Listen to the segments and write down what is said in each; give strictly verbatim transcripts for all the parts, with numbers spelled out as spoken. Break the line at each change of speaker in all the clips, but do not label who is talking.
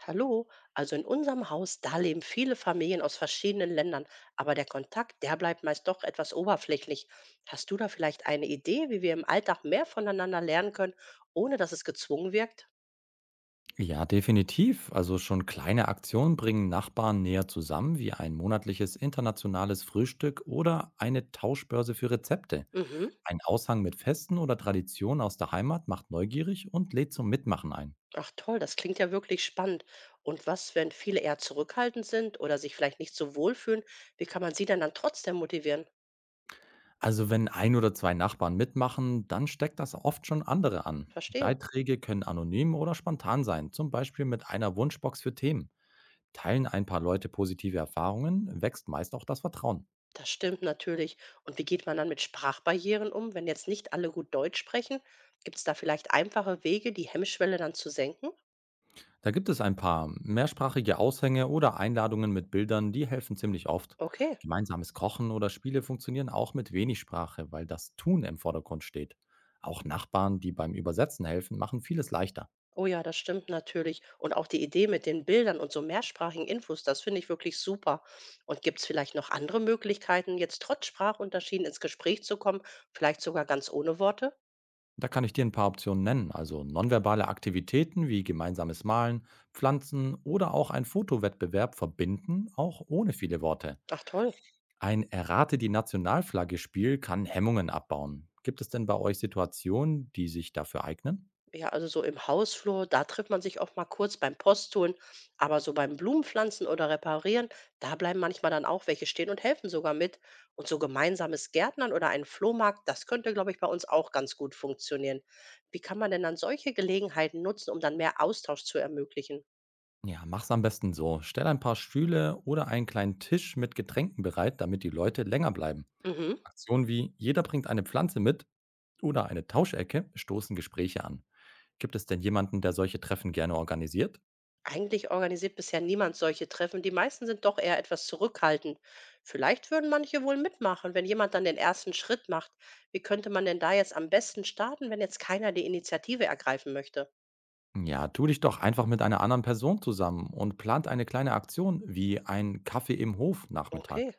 Hallo, also in unserem Haus, da leben viele Familien aus verschiedenen Ländern, aber der Kontakt, der bleibt meist doch etwas oberflächlich. Hast du da vielleicht eine Idee, wie wir im Alltag mehr voneinander lernen können, ohne dass es gezwungen wirkt?
Ja, definitiv. Also schon kleine Aktionen bringen Nachbarn näher zusammen, wie ein monatliches internationales Frühstück oder eine Tauschbörse für Rezepte.
Mhm.
Ein Aushang mit Festen oder Traditionen aus der Heimat macht neugierig und lädt zum Mitmachen ein.
Ach toll, das klingt ja wirklich spannend. Und was, wenn viele eher zurückhaltend sind oder sich vielleicht nicht so wohlfühlen, wie kann man sie denn dann trotzdem motivieren?
Also wenn ein oder zwei Nachbarn mitmachen, dann steckt das oft schon andere an.
Verstehe.
Beiträge können anonym oder spontan sein, zum Beispiel mit einer Wunschbox für Themen. Teilen ein paar Leute positive Erfahrungen, wächst meist auch das Vertrauen.
Das stimmt natürlich. Und wie geht man dann mit Sprachbarrieren um, wenn jetzt nicht alle gut Deutsch sprechen? Gibt es da vielleicht einfache Wege, die Hemmschwelle dann zu senken?
Da gibt es ein paar mehrsprachige Aushänge oder Einladungen mit Bildern, die helfen ziemlich oft.
Okay.
Gemeinsames Kochen oder Spiele funktionieren auch mit wenig Sprache, weil das Tun im Vordergrund steht. Auch Nachbarn, die beim Übersetzen helfen, machen vieles leichter.
Oh ja, das stimmt natürlich. Und auch die Idee mit den Bildern und so mehrsprachigen Infos, das finde ich wirklich super. Und gibt es vielleicht noch andere Möglichkeiten, jetzt trotz Sprachunterschieden ins Gespräch zu kommen, vielleicht sogar ganz ohne Worte?
Da kann ich dir ein paar Optionen nennen, also nonverbale Aktivitäten wie gemeinsames Malen, Pflanzen oder auch ein Fotowettbewerb verbinden, auch ohne viele Worte.
Ach toll.
Ein Errate die Nationalflagge Spiel kann Hemmungen abbauen. Gibt es denn bei euch Situationen, die sich dafür eignen?
Ja, also so im Hausflur, da trifft man sich auch mal kurz beim Postholen, aber so beim Blumenpflanzen oder Reparieren, da bleiben manchmal dann auch welche stehen und helfen sogar mit. Und so gemeinsames Gärtnern oder einen Flohmarkt, das könnte, glaube ich, bei uns auch ganz gut funktionieren. Wie kann man denn dann solche Gelegenheiten nutzen, um dann mehr Austausch zu ermöglichen?
Ja, mach's am besten so. Stell ein paar Stühle oder einen kleinen Tisch mit Getränken bereit, damit die Leute länger bleiben.
Mhm.
Aktionen wie jeder bringt eine Pflanze mit oder eine Tauschecke stoßen Gespräche an. Gibt es denn jemanden, der solche Treffen gerne organisiert?
Eigentlich organisiert bisher niemand solche Treffen. Die meisten sind doch eher etwas zurückhaltend. Vielleicht würden manche wohl mitmachen, wenn jemand dann den ersten Schritt macht. Wie könnte man denn da jetzt am besten starten, wenn jetzt keiner die Initiative ergreifen möchte?
Ja, tu dich doch einfach mit einer anderen Person zusammen und plant eine kleine Aktion wie ein Kaffee im Hof Nachmittag.
Okay.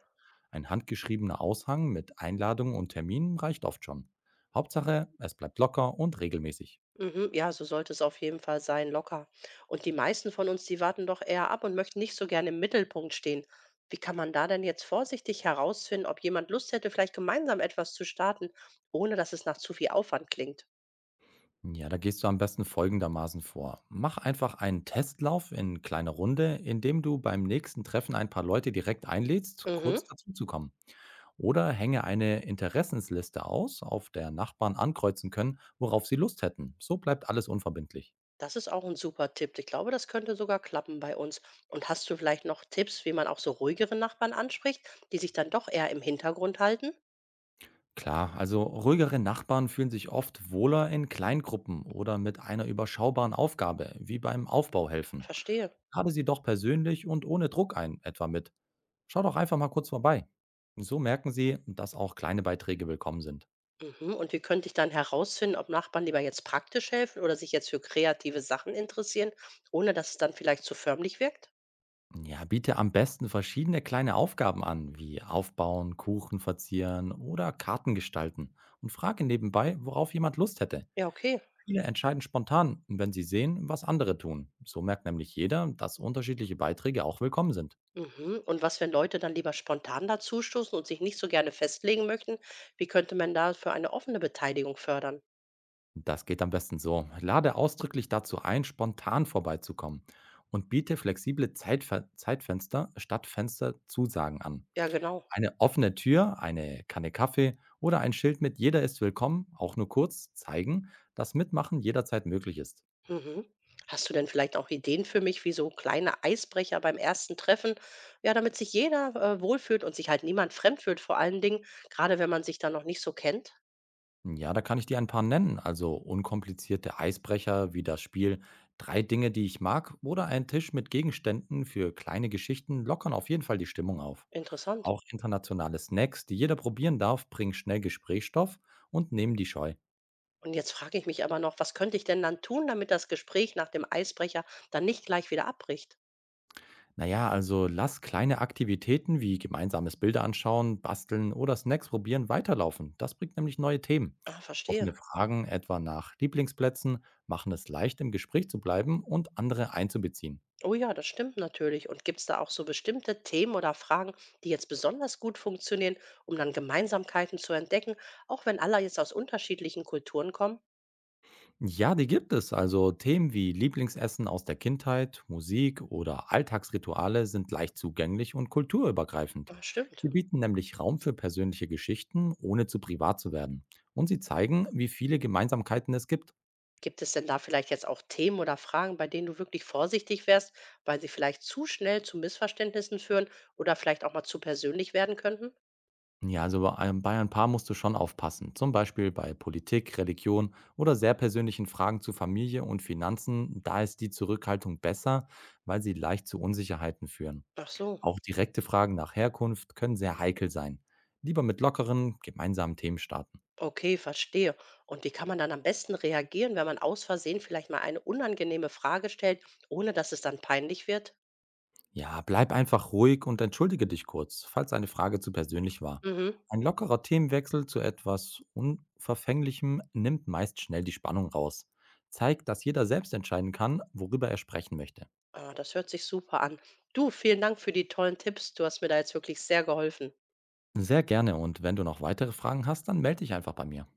Ein handgeschriebener Aushang mit Einladungen und Terminen reicht oft schon. Hauptsache, es bleibt locker und regelmäßig.
Mhm, ja, so sollte es auf jeden Fall sein, locker. Und die meisten von uns, die warten doch eher ab und möchten nicht so gerne im Mittelpunkt stehen. Wie kann man da denn jetzt vorsichtig herausfinden, ob jemand Lust hätte, vielleicht gemeinsam etwas zu starten, ohne dass es nach zu viel Aufwand klingt?
Ja, da gehst du am besten folgendermaßen vor. Mach einfach einen Testlauf in kleiner Runde, indem du beim nächsten Treffen ein paar Leute direkt einlädst,
Mhm.
kurz dazu zu kommen. Oder hänge eine Interessensliste aus, auf der Nachbarn ankreuzen können, worauf sie Lust hätten. So bleibt alles unverbindlich.
Das ist auch ein super Tipp. Ich glaube, das könnte sogar klappen bei uns. Und hast du vielleicht noch Tipps, wie man auch so ruhigere Nachbarn anspricht, die sich dann doch eher im Hintergrund halten?
Klar, also ruhigere Nachbarn fühlen sich oft wohler in Kleingruppen oder mit einer überschaubaren Aufgabe, wie beim Aufbau helfen.
Verstehe.
Lade sie doch persönlich und ohne Druck ein, etwa mit. Schau doch einfach mal kurz vorbei. So merken sie, dass auch kleine Beiträge willkommen sind.
Mhm. Und wie könnte ich dann herausfinden, ob Nachbarn lieber jetzt praktisch helfen oder sich jetzt für kreative Sachen interessieren, ohne dass es dann vielleicht zu förmlich wirkt?
Ja, biete am besten verschiedene kleine Aufgaben an, wie Aufbauen, Kuchen verzieren oder Karten gestalten und frage nebenbei, worauf jemand Lust hätte.
Ja, okay.
Viele entscheiden spontan, wenn sie sehen, was andere tun. So merkt nämlich jeder, dass unterschiedliche Beiträge auch willkommen sind.
Mhm. Und was, wenn Leute dann lieber spontan dazustoßen und sich nicht so gerne festlegen möchten, wie könnte man da für eine offene Beteiligung fördern?
Das geht am besten so. Lade ausdrücklich dazu ein, spontan vorbeizukommen und biete flexible Zeitfe Zeitfenster statt Fensterzusagen an.
Ja, genau.
Eine offene Tür, eine Kanne Kaffee oder ein Schild mit Jeder ist willkommen, auch nur kurz, zeigen, dass Mitmachen jederzeit möglich ist.
Mhm. Hast du denn vielleicht auch Ideen für mich, wie so kleine Eisbrecher beim ersten Treffen, ja, damit sich jeder äh, wohlfühlt und sich halt niemand fremd fühlt, vor allen Dingen, gerade wenn man sich dann noch nicht so kennt?
Ja, da kann ich dir ein paar nennen. Also unkomplizierte Eisbrecher wie das Spiel Drei Dinge, die ich mag oder ein Tisch mit Gegenständen für kleine Geschichten lockern auf jeden Fall die Stimmung auf.
Interessant.
Auch internationale Snacks, die jeder probieren darf, bringen schnell Gesprächsstoff und nehmen die Scheu.
Und jetzt frage ich mich aber noch, was könnte ich denn dann tun, damit das Gespräch nach dem Eisbrecher dann nicht gleich wieder abbricht?
Naja, also lass kleine Aktivitäten wie gemeinsames Bilder anschauen, basteln oder Snacks probieren weiterlaufen. Das bringt nämlich neue Themen.
Ah, verstehe.
Offene Fragen etwa nach Lieblingsplätzen machen es leicht, im Gespräch zu bleiben und andere einzubeziehen.
Oh ja, das stimmt natürlich. Und gibt es da auch so bestimmte Themen oder Fragen, die jetzt besonders gut funktionieren, um dann Gemeinsamkeiten zu entdecken, auch wenn alle jetzt aus unterschiedlichen Kulturen kommen?
Ja, die gibt es. Also Themen wie Lieblingsessen aus der Kindheit, Musik oder Alltagsrituale sind leicht zugänglich und kulturübergreifend.
Ah, stimmt.
Sie bieten nämlich Raum für persönliche Geschichten, ohne zu privat zu werden. Und sie zeigen, wie viele Gemeinsamkeiten es gibt.
Gibt es denn da vielleicht jetzt auch Themen oder Fragen, bei denen du wirklich vorsichtig wärst, weil sie vielleicht zu schnell zu Missverständnissen führen oder vielleicht auch mal zu persönlich werden könnten?
Ja, also bei ein bei ein paar musst du schon aufpassen. Zum Beispiel bei Politik, Religion oder sehr persönlichen Fragen zu Familie und Finanzen. Da ist die Zurückhaltung besser, weil sie leicht zu Unsicherheiten führen.
Ach so,
Auch direkte Fragen nach Herkunft können sehr heikel sein. Lieber mit lockeren, gemeinsamen Themen starten.
okay, verstehe. Und wie kann man dann am besten reagieren, wenn man aus Versehen vielleicht mal eine unangenehme Frage stellt, ohne dass es dann peinlich wird?
Ja, bleib einfach ruhig und entschuldige dich kurz, falls eine Frage zu persönlich war.
Mhm.
Ein lockerer Themenwechsel zu etwas Unverfänglichem nimmt meist schnell die Spannung raus. Zeigt, dass jeder selbst entscheiden kann, worüber er sprechen möchte.
Ah, das hört sich super an. Du, vielen Dank für die tollen Tipps. Du hast mir da jetzt wirklich sehr geholfen.
Sehr gerne und wenn du noch weitere Fragen hast, dann melde dich einfach bei mir.